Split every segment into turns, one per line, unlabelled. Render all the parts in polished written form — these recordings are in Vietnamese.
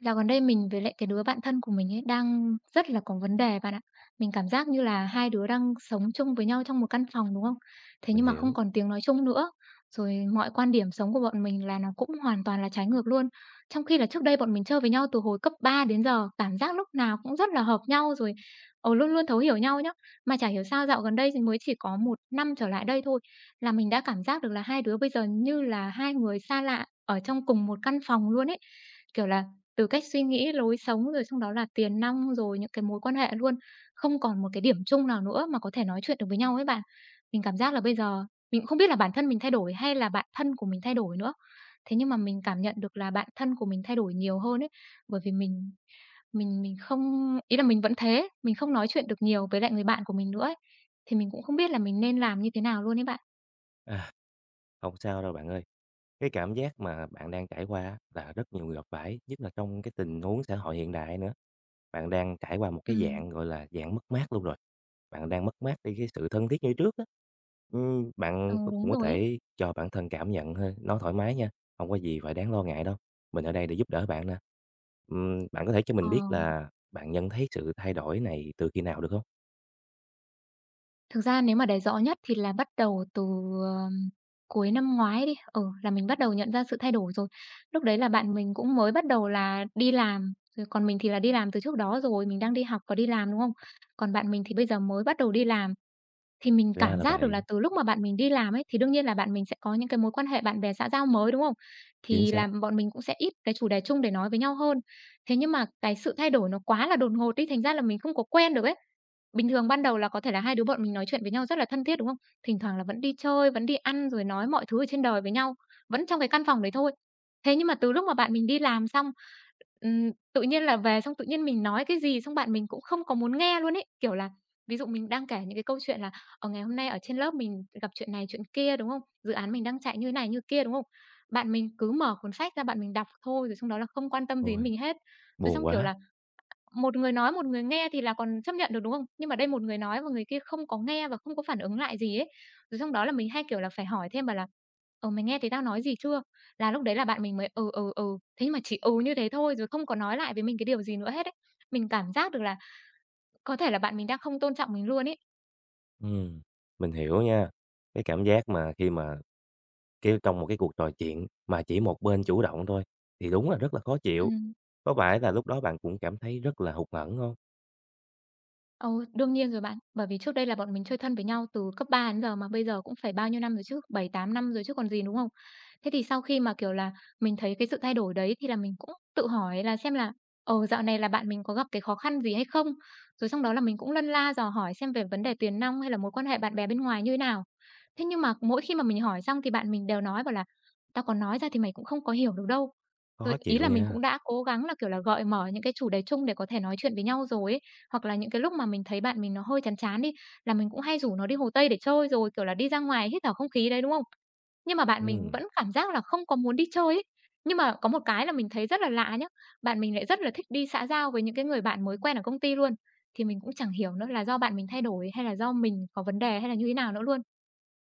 Dạo gần đây mình với lại cái đứa bạn thân của mình ấy đang rất là có vấn đề bạn ạ. Mình cảm giác như là hai đứa đang sống chung với nhau trong một căn phòng, đúng không? Thế
Mình
nhưng mà không
hiểu.
còn tiếng nói chung nữa. Rồi mọi quan điểm sống của bọn mình là nó cũng hoàn toàn là trái ngược luôn. Trong khi là trước đây bọn mình chơi với nhau từ hồi cấp 3 đến giờ, cảm giác lúc nào cũng rất là hợp nhau rồi luôn luôn thấu hiểu nhau nhá. Mà chả hiểu sao dạo gần đây thì mới chỉ có một năm trở lại đây thôi là mình đã cảm giác được là hai đứa bây giờ như là hai người xa lạ ở trong cùng một căn phòng luôn ấy. Kiểu là từ cách suy nghĩ, lối sống, rồi xong đó là tiền nong, rồi những cái mối quan hệ luôn, không còn một cái điểm chung nào nữa mà có thể nói chuyện được với nhau ấy bạn. Mình cảm giác là bây giờ mình cũng không biết là bản thân mình thay đổi hay là bạn thân của mình thay đổi nữa. Thế nhưng mà mình cảm nhận được là bạn thân của mình thay đổi nhiều hơn ấy, bởi vì mình mình không ý là mình vẫn thế, mình không nói chuyện được nhiều với lại người bạn của mình nữa ấy. Thì mình cũng không biết là mình nên làm như thế nào luôn ấy bạn.
À, Không sao đâu bạn ơi. Cái cảm giác mà bạn đang trải qua á là rất nhiều người gặp phải, nhất là trong cái tình huống xã hội hiện đại nữa. Bạn đang trải qua một cái
Ừm,
dạng, gọi là, dạng mất mát luôn rồi. Bạn đang mất mát đi cái sự thân thiết như trước á.
ừ,
Bạn
đúng
cũng có
rồi ấy.
thể cho bản thân cảm nhận thôi, nó thoải mái nha, không có gì phải đáng lo ngại đâu. Mình ở đây để giúp đỡ bạn nè. Bạn có thể cho
Ờ.
mình biết là bạn nhận thấy sự thay đổi này từ khi nào được không?
Thực ra nếu mà để rõ nhất thì là bắt đầu từ, ờm, cuối năm ngoái đi, ừ, là mình bắt đầu nhận ra sự thay đổi rồi. Lúc đấy là bạn mình cũng mới bắt đầu là đi làm, rồi còn mình thì là đi làm từ trước đó rồi, mình đang đi học và đi làm, đúng không? Còn bạn mình thì bây giờ mới bắt đầu đi làm, thì mình
Ra
cảm
là
giác được là
vậy.
từ lúc mà bạn mình đi làm ấy, thì đương nhiên là bạn mình sẽ có những cái mối quan hệ bạn bè xã giao mới, đúng không?
Chính
Thì
xác.
là bọn mình cũng sẽ ít cái chủ đề chung để nói với nhau hơn. Thế nhưng mà cái sự thay đổi nó quá là đột ngột đi, thành ra là mình không có quen được ấy. Bình thường ban đầu là có thể là hai đứa bọn mình nói chuyện với nhau rất là thân thiết, đúng không? Thỉnh thoảng là vẫn đi chơi, vẫn đi ăn rồi nói mọi thứ ở trên đời với nhau, vẫn trong cái căn phòng đấy thôi. Thế nhưng mà từ lúc mà bạn mình đi làm xong, tự nhiên là về xong tự nhiên mình nói cái gì xong bạn mình cũng không có muốn nghe luôn ấy. Kiểu là, ví dụ mình đang kể những cái câu chuyện là, ở ngày hôm nay ở trên lớp mình gặp chuyện này chuyện kia, đúng không? Dự án mình đang chạy như này như kia, đúng không? Bạn mình cứ mở cuốn sách ra bạn mình đọc thôi, rồi xong đó là không quan tâm gì đến
Ôi,
mình hết. Rồi
buồn
xong, kiểu
quá!
là, một người nói, một người nghe thì là còn chấp nhận được, đúng không? Nhưng mà đây một người nói và người kia không có nghe và không có phản ứng lại gì ấy. Rồi xong đó là mình hay, kiểu là, phải hỏi thêm bảo là "Ờ, mày nghe thấy tao nói gì chưa?" Là lúc đấy là bạn mình mới "Ừ, ừ, ừ." Thế nhưng mà chỉ "ừ" như thế thôi, rồi không có nói lại với mình cái điều gì nữa hết ấy. Mình cảm giác được là có thể là bạn mình đang không tôn trọng mình luôn ấy.
Ừm, mình hiểu nha. Cái cảm giác mà khi mà cái trong một cái cuộc trò chuyện mà chỉ một bên chủ động thôi thì đúng là rất là khó chịu.
Ừm.
Có phải là lúc đó bạn cũng cảm thấy rất là hụt hẫng không?
Ồ, đương nhiên rồi bạn. Bởi vì trước đây là bọn mình chơi thân với nhau từ cấp 3 đến giờ mà bây giờ cũng phải bao nhiêu năm rồi chứ, 7 8 năm rồi chứ còn gì, đúng không? Thế thì sau khi mà, kiểu là, mình thấy cái sự thay đổi đấy thì là mình cũng tự hỏi là xem là, ờ, dạo này là bạn mình có gặp cái khó khăn gì hay không? Rồi xong đó là mình cũng lân la dò hỏi xem về vấn đề tiền nong hay là mối quan hệ bạn bè bên ngoài như thế nào. Thế nhưng mà mỗi khi mà mình hỏi xong thì bạn mình đều nói bảo là "Tao còn nói ra thì mày cũng không có hiểu được đâu." Rồi
Khó
ý
chịu
là mình
nha.
cũng đã cố gắng là, kiểu là, gợi mở những cái chủ đề chung để có thể nói chuyện với nhau rồi ấy, hoặc là những cái lúc mà mình thấy bạn mình nó hơi chán chán đi, là mình cũng hay rủ nó đi Hồ Tây để chơi, rồi, kiểu là, đi ra ngoài hít thở không khí đấy, đúng không? Nhưng mà bạn mình
Ừm,
vẫn cảm giác là không có muốn đi chơi ấy. Nhưng mà có một cái là mình thấy rất là lạ nhá, bạn mình lại rất là thích đi xã giao với những cái người bạn mới quen ở công ty luôn, thì mình cũng chẳng hiểu nữa là do bạn mình thay đổi hay là do mình có vấn đề hay là như thế nào nữa luôn.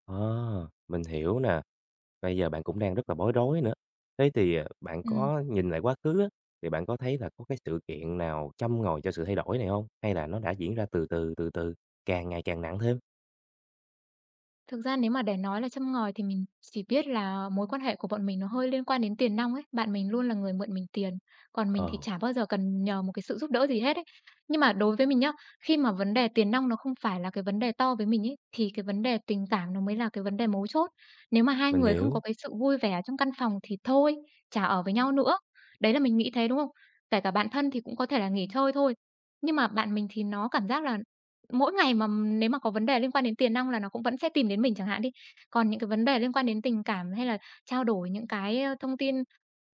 ờ, mình hiểu nè. Bây giờ bạn cũng đang rất là bối rối nữa. Thế thì, bạn
Ừm.
có nhìn lại quá khứ á, thì bạn có thấy là có cái sự kiện nào châm ngòi cho sự thay đổi này không? Hay là nó đã diễn ra từ từ, càng ngày càng nặng thêm?
Thực ra nếu mà để nói là châm ngòi thì mình chỉ biết là mối quan hệ của bọn mình nó hơi liên quan đến tiền nong ấy, bạn mình luôn là người mượn mình tiền, còn mình thì
Ờ,
chả bao giờ cần nhờ một cái sự giúp đỡ gì hết ấy. Nhưng mà đối với mình nhá, khi mà vấn đề tiền nong nó không phải là cái vấn đề to với mình ấy, thì cái vấn đề tình cảm nó mới là cái vấn đề mấu chốt. Nếu mà hai
mình
người không có
hiểu,
cái sự vui vẻ trong căn phòng thì thôi, chả ở với nhau nữa. Đấy là mình nghĩ thế, đúng không? Kể cả bạn thân thì cũng có thể là nghỉ chơi thôi, nhưng mà bạn mình thì nó cảm giác là mỗi ngày mà nếu mà có vấn đề liên quan đến tiền nong là nó cũng vẫn sẽ tìm đến mình chẳng hạn đi. Còn những cái vấn đề liên quan đến tình cảm hay là trao đổi những cái, thông tin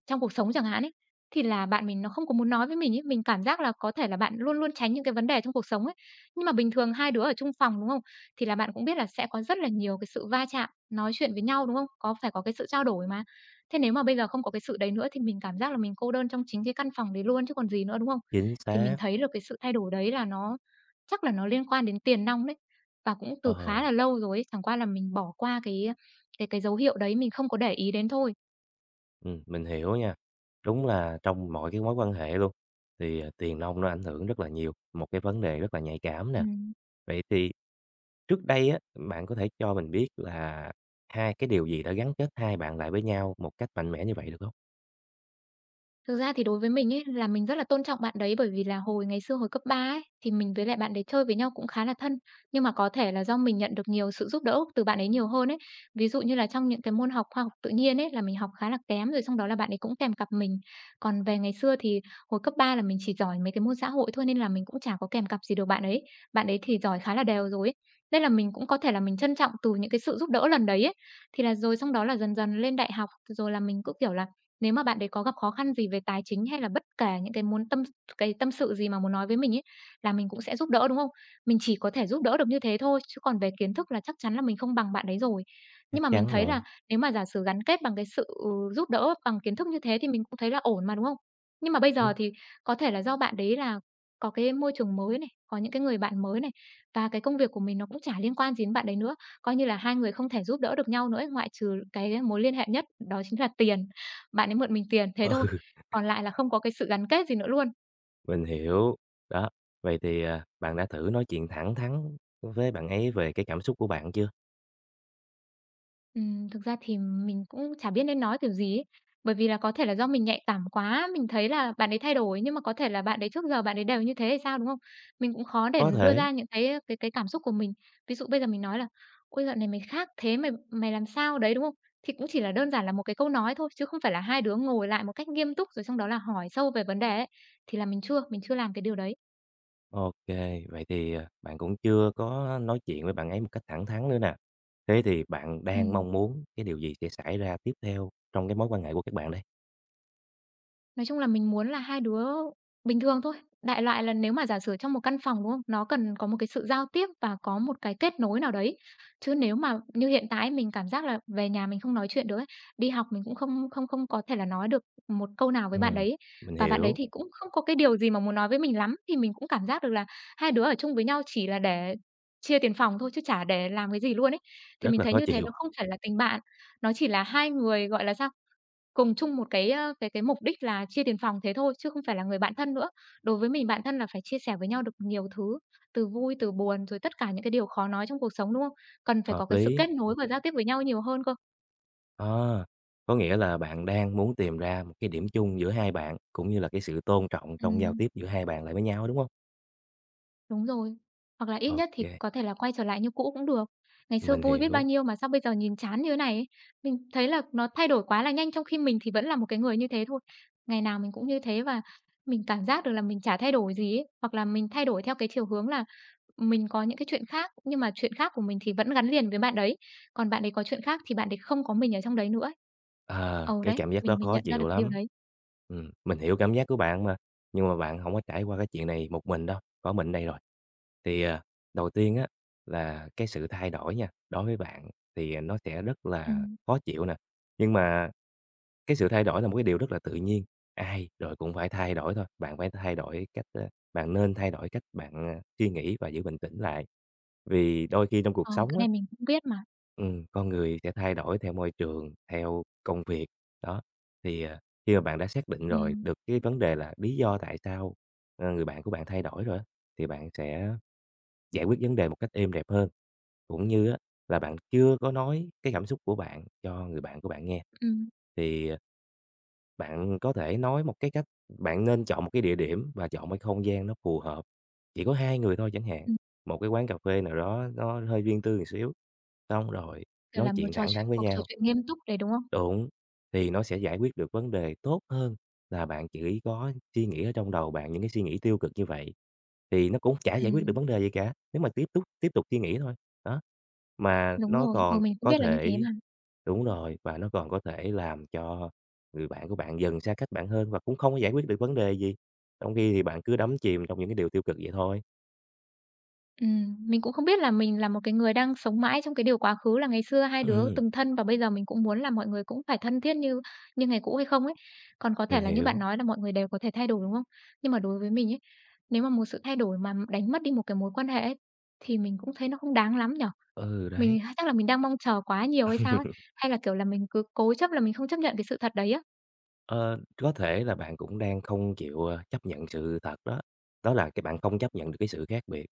trong cuộc sống chẳng hạn ấy, thì là bạn mình nó không có muốn nói với mình ấy, mình cảm giác là có thể là bạn luôn luôn tránh những cái vấn đề trong cuộc sống ấy. Nhưng mà bình thường hai đứa ở chung phòng, đúng không? Thì là bạn cũng biết là sẽ có rất là nhiều cái sự va chạm, nói chuyện với nhau, đúng không? Có phải có cái sự trao đổi mà. Thế nếu mà bây giờ không có cái sự đấy nữa thì mình cảm giác là mình cô đơn trong chính cái căn phòng đấy luôn chứ còn gì nữa, đúng không?
chính
Thì mình
xác,
thấy được cái sự thay đổi đấy là nó chắc là nó liên quan đến tiền nong đấy. Và cũng từ khá
ờ.
là lâu rồi ấy, chẳng qua là mình bỏ qua cái dấu hiệu đấy, mình không có để ý đến thôi.
Mình hiểu nha. Đúng là trong mọi cái mối quan hệ luôn, thì, tiền nong nó ảnh hưởng rất là nhiều, một cái vấn đề rất là nhạy cảm nè.
Ừm.
Vậy thì trước đây á, bạn có thể cho mình biết là hai cái điều gì đã gắn kết hai bạn lại với nhau một cách mạnh mẽ như vậy được không?
Thực ra thì đối với mình ấy, là mình rất là tôn trọng bạn đấy, bởi vì là hồi ngày xưa hồi cấp 3 ấy, thì mình với lại bạn đấy chơi với nhau cũng khá là thân. Nhưng mà có thể là do mình nhận được nhiều sự giúp đỡ từ bạn ấy nhiều hơn ấy. Ví dụ như là trong những cái môn học khoa học tự nhiên ấy, là mình học khá là kém, rồi xong đó là bạn ấy cũng kèm cặp mình. Còn về ngày xưa thì hồi cấp 3 là mình chỉ giỏi mấy cái môn xã hội thôi, nên là mình cũng chả có kèm cặp gì được bạn ấy. Bạn ấy thì giỏi khá là đều rồi ấy. Nên là mình cũng có thể là mình trân trọng từ những cái sự giúp đỡ lần đấy ấy. Thì là rồi xong đó là dần dần lên đại học, rồi là mình cứ, kiểu là, nếu mà bạn đấy có gặp khó khăn gì về tài chính hay là bất kể những cái muốn tâm cái tâm sự gì mà muốn nói với mình ấy, là mình cũng sẽ giúp đỡ, đúng không? Mình chỉ có thể giúp đỡ được như thế thôi, chứ còn về kiến thức là chắc chắn là mình không bằng bạn đấy rồi. Nhưng
Chắc
mà mình
chắn
thấy là
rồi.
nếu mà giả sử gắn kết bằng giúp đỡ bằng kiến thức như thế thì mình cũng thấy là ổn mà, đúng không? Nhưng mà bây
Ừm,
giờ thì có thể là do bạn đấy là có cái môi trường mới này, có những cái người bạn mới này, và cái công việc của mình nó cũng chả liên quan gì đến bạn đấy nữa, coi như là hai người không thể giúp đỡ được nhau nữa ấy, ngoại trừ cái mối liên hệ nhất đó chính là tiền. Bạn ấy mượn mình tiền, thế
ừ,
thôi, còn lại là không có cái sự gắn kết gì nữa luôn.
mình hiểu. Đó, vậy thì, bạn đã thử nói chuyện thẳng thắn với bạn ấy về cái cảm xúc của bạn chưa?
Thực ra thì mình cũng chả biết nên nói kiểu gì ấy, bởi vì là có thể là do mình nhạy cảm quá, mình thấy là bạn ấy thay đổi, nhưng mà có thể là bạn ấy trước giờ bạn ấy đều như thế thì sao, đúng không? Mình cũng khó để
Có
đưa
thể.
ra những cái cảm xúc của mình. Ví dụ bây giờ mình nói là "Ôi, dạo này mày khác thế, mày mày làm sao đấy?" đúng không? Thì cũng chỉ là đơn giản là một cái câu nói thôi, chứ không phải là hai đứa ngồi lại một cách nghiêm túc rồi xong đó là hỏi sâu về vấn đề ấy, thì là mình chưa làm cái điều đấy.
OK, vậy thì, bạn cũng chưa có nói chuyện với bạn ấy một cách thẳng thắn nữa nè. Thế thì bạn đang
Ừm.
mong muốn cái điều gì sẽ xảy ra tiếp theo trong cái mối quan hệ của các bạn đây?
Nói chung là mình muốn là hai đứa bình thường thôi. Đại loại là nếu mà giả sử trong một căn phòng, đúng không? Nó cần có một cái sự giao tiếp và có một cái kết nối nào đấy. Chứ nếu mà như hiện tại mình cảm giác là về nhà mình không nói chuyện được ấy, đi học mình cũng không không không có thể là nói được một câu nào với bạn đấy
Ừm,
ấy.
mình
Và bạn đấy
hiểu,
thì cũng không có cái điều gì mà muốn nói với mình lắm, thì mình cũng cảm giác được là hai đứa ở chung với nhau chỉ là để chia tiền phòng thôi chứ chả để làm cái gì luôn ấy. Thì
rất
mình
là
thấy
khó
như thế nó
chịu,
không phải là tình bạn, nó chỉ là hai người, gọi là, sao cùng chung một cái, a, cái cái mục đích là chia tiền phòng thế thôi, chứ không phải là người bạn thân nữa. Đối với mình, bạn thân là phải chia sẻ với nhau được nhiều thứ, từ vui, từ buồn, rồi tất cả những cái điều khó nói trong cuộc sống, đúng không? Cần phải có
hợp
cái sự
lý.
kết nối và giao tiếp với nhau nhiều hơn cơ.
À, có nghĩa là bạn đang muốn tìm ra một cái điểm chung giữa hai bạn, cũng như là cái sự tôn trọng trong giao
Ừm.
tiếp giữa hai bạn lại với nhau, đúng không?
Đúng rồi. Hoặc là ít nhất thì
OK,
có thể là quay trở lại như cũ cũng được. Ngày xưa
mình
vui biết bao
hiểu.
nhiêu mà sao bây giờ nhìn chán như thế này ấy. Mình thấy là nó thay đổi quá là nhanh trong khi mình thì vẫn là một cái người như thế thôi. Ngày nào mình cũng như thế và mình cảm giác được là mình chả thay đổi gì ấy, hoặc là mình thay đổi theo cái chiều hướng là mình có những cái chuyện khác, nhưng mà chuyện khác của mình thì vẫn gắn liền với bạn đấy, còn bạn ấy có chuyện khác thì bạn ấy không có mình ở trong đấy nữa ấy.
Ờ,
Ừ,
cái
đấy,
cảm giác
mình
đó
mình
khó
nhận ra được
chịu
cái điều
lắm.
đấy.
Mình hiểu cảm giác của bạn mà, nhưng mà bạn hổng có trải qua cái chuyện này một mình đâu, có mình đây rồi. Thì, đầu tiên á, là cái sự thay đổi nha, đối với bạn thì, nó sẽ rất là
Ừm,
khó chịu nè, nhưng mà cái sự thay đổi là một cái điều rất là tự nhiên, ai rồi cũng phải thay đổi thôi, bạn phải thay đổi cách, bạn nên thay đổi cách bạn, suy nghĩ và giữ bình tĩnh lại. Vì đôi khi trong cuộc
ờ, cái
sống á
này mình cũng biết mà.
con người sẽ thay đổi theo môi trường, theo công việc, đó. Thì, khi mà bạn đã xác định rồi
Ừm,
được cái vấn đề là lý do tại sao, người bạn của bạn thay đổi rồi á, thì bạn sẽ giải quyết vấn đề một cách êm đẹp hơn, cũng như á là bạn chưa có nói cái cảm xúc của bạn cho người bạn của bạn nghe.
ừm.
Thì, bạn có thể nói một cái cách, bạn nên chọn một cái địa điểm và chọn một cái không gian nó phù hợp, chỉ có 2 người thôi chẳng hạn, một cái quán cà phê nào đó nó hơi riêng tư một xíu, xong rồi
Kiểu là
nói
một
chuyện
trò
thẳng
chuyện
thắn với
cuộc trò
nhau.
chuyện nghiêm túc đấy, đúng không?
Đúng, thì nó sẽ giải quyết được vấn đề tốt hơn là bạn chỉ có suy nghĩ ở trong đầu bạn những cái suy nghĩ tiêu cực như vậy, thì nó cũng chả giải quyết được
Ừm,
vấn đề gì cả, nếu mà tiếp tục suy nghĩ thôi, đó. Mà
đúng
nó
rồi, ừ,
còn
mình cũng
có
biết là như thế
thể
mà.
đúng rồi, và nó còn có thể làm cho người bạn của bạn dần xa cách bạn hơn và cũng không có giải quyết được vấn đề gì, trong khi thì bạn cứ đắm chìm trong những cái điều tiêu cực vậy thôi.
Mình cũng không biết là mình là một cái người đang sống mãi trong cái điều quá khứ là ngày xưa hai đứa
Ừm,
từng thân và bây giờ mình cũng muốn là mọi người cũng phải thân thiết như như ngày cũ hay không ấy. Còn có thể
mình
là như bạn
hiểu,
nói là mọi người đều có thể thay đổi, đúng không? Nhưng mà đối với mình ấy, nếu mà một sự thay đổi mà đánh mất đi một cái mối quan hệ ấy, thì mình cũng thấy nó không đáng lắm nhở.
ừ, đấy.
Mình chắc là mình đang mong chờ quá nhiều hay sao ấy? Hay là, kiểu là, mình cứ cố chấp là mình không chấp nhận cái sự thật đấy á?
Ờ, có thể là bạn cũng đang không chịu, chấp nhận sự thật đó, đó là cái bạn không chấp nhận được cái sự khác biệt.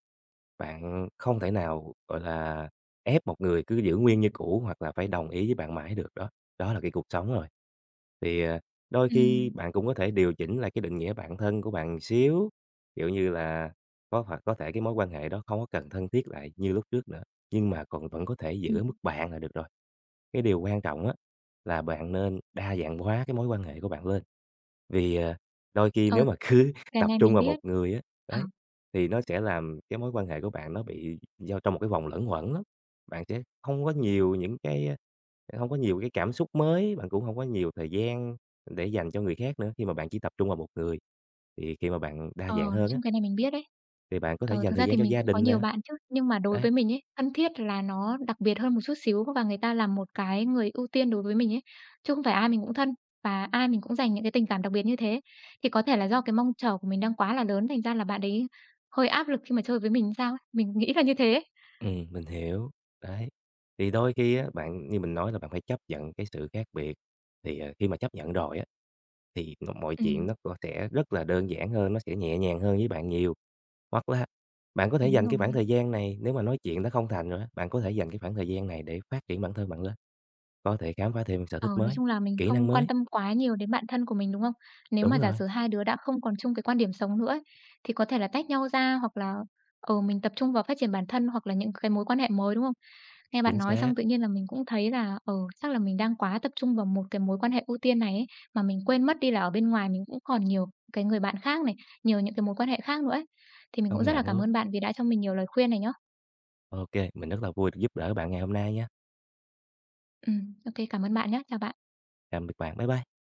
Bạn không thể nào, gọi là, ép một người cứ giữ nguyên như cũ hoặc là phải đồng ý với bạn mãi được đó, đó là cái cuộc sống rồi. Thì, đôi khi
Ừm,
bạn cũng có thể điều chỉnh lại cái định nghĩa bản thân của bạn xíu, kiểu như là, có hoặc có thể cái mối quan hệ đó không có cần thân thiết lại như lúc trước nữa, nhưng mà còn vẫn có thể giữ
ừm.
ở mức bạn là được rồi. Cái điều quan trọng á, là bạn nên đa dạng hóa cái mối quan hệ của bạn lên. Vì, đôi khi
Ờ.
nếu mà cứ
Cái
tập
này
trung
mình
vào một
biết.
người á,
Ờ,
đấy, thì nó sẽ làm cái mối quan hệ của bạn nó bị giao trong một cái vòng lẫn quẩn lắm. Bạn sẽ không có nhiều những cái, hông có nhiều cái cảm xúc mới, bạn cũng không có nhiều thời gian để dành cho người khác nữa khi mà bạn chỉ tập trung vào một người. Thì khi mà bạn đa
ờ,
dạng
nói
hơn á,
chung cái này mình biết đấy.
thì bạn có thể
Ờ,
dành
thực
thời
ra thì
gian cho
mình
gia
cũng có
đình nè.
nhiều bạn chứ, nhưng mà đối
Đấy,
với mình ấy, thân thiết là nó đặc biệt hơn một chút xíu và người ta là một cái người ưu tiên đối với mình ấy, chứ không phải ai mình cũng thân và ai mình cũng dành những cái tình cảm đặc biệt như thế. Thì có thể là do cái mong chờ của mình đang quá là lớn, thành ra là bạn ấy hơi áp lực khi mà chơi với mình sao ấy, mình nghĩ là như thế.
Mình hiểu. Đấy, thì đôi khi á, bạn như mình nói là bạn phải chấp nhận cái sự khác biệt, thì, khi mà chấp nhận rồi á, thì nó mọi chuyện
Ừm,
nó cũng sẽ rất là đơn giản hơn, nó sẽ nhẹ nhàng hơn với bạn nhiều. Hoặc là bạn có thể
đúng
dành cái khoảng
rồi.
thời gian này, nếu mà nói chuyện nó không thành rồi á, bạn có thể dành cái khoảng thời gian này để phát triển bản thân bạn lên, có thể khám phá thêm sở
Ờ,
thích
nói
mới,
chung là mình
kỹ năng
không quan
mới.
tâm quá nhiều đến bạn thân của mình, đúng không? Nếu mà
Đúng
giả
rồi,
sử hai đứa đã không còn chung cái quan điểm sống nữa ấy, thì có thể là tách nhau ra hoặc là, ừ, mình tập trung vào phát triển bản thân hoặc là những cái mối quan hệ mới, đúng không? Nghe bạn
chính
nói
xác,
xong tự nhiên là mình cũng thấy là, ừ, chắc là mình đang quá tập trung vào một cái mối quan hệ ưu tiên này ấy, mà mình quên mất đi là ở bên ngoài mình cũng còn nhiều cái người bạn khác này, nhiều những cái mối quan hệ khác nữa ấy. Thì mình cũng
công
rất là
nhận
cảm
luôn.
ơn bạn vì đã cho mình nhiều lời khuyên này nhá.
OK, mình rất là vui được giúp đỡ bạn ngày hôm nay nha.
Ô cảm ơn bạn nhé. Chào bạn.
Tạm biệt bạn, bye bye.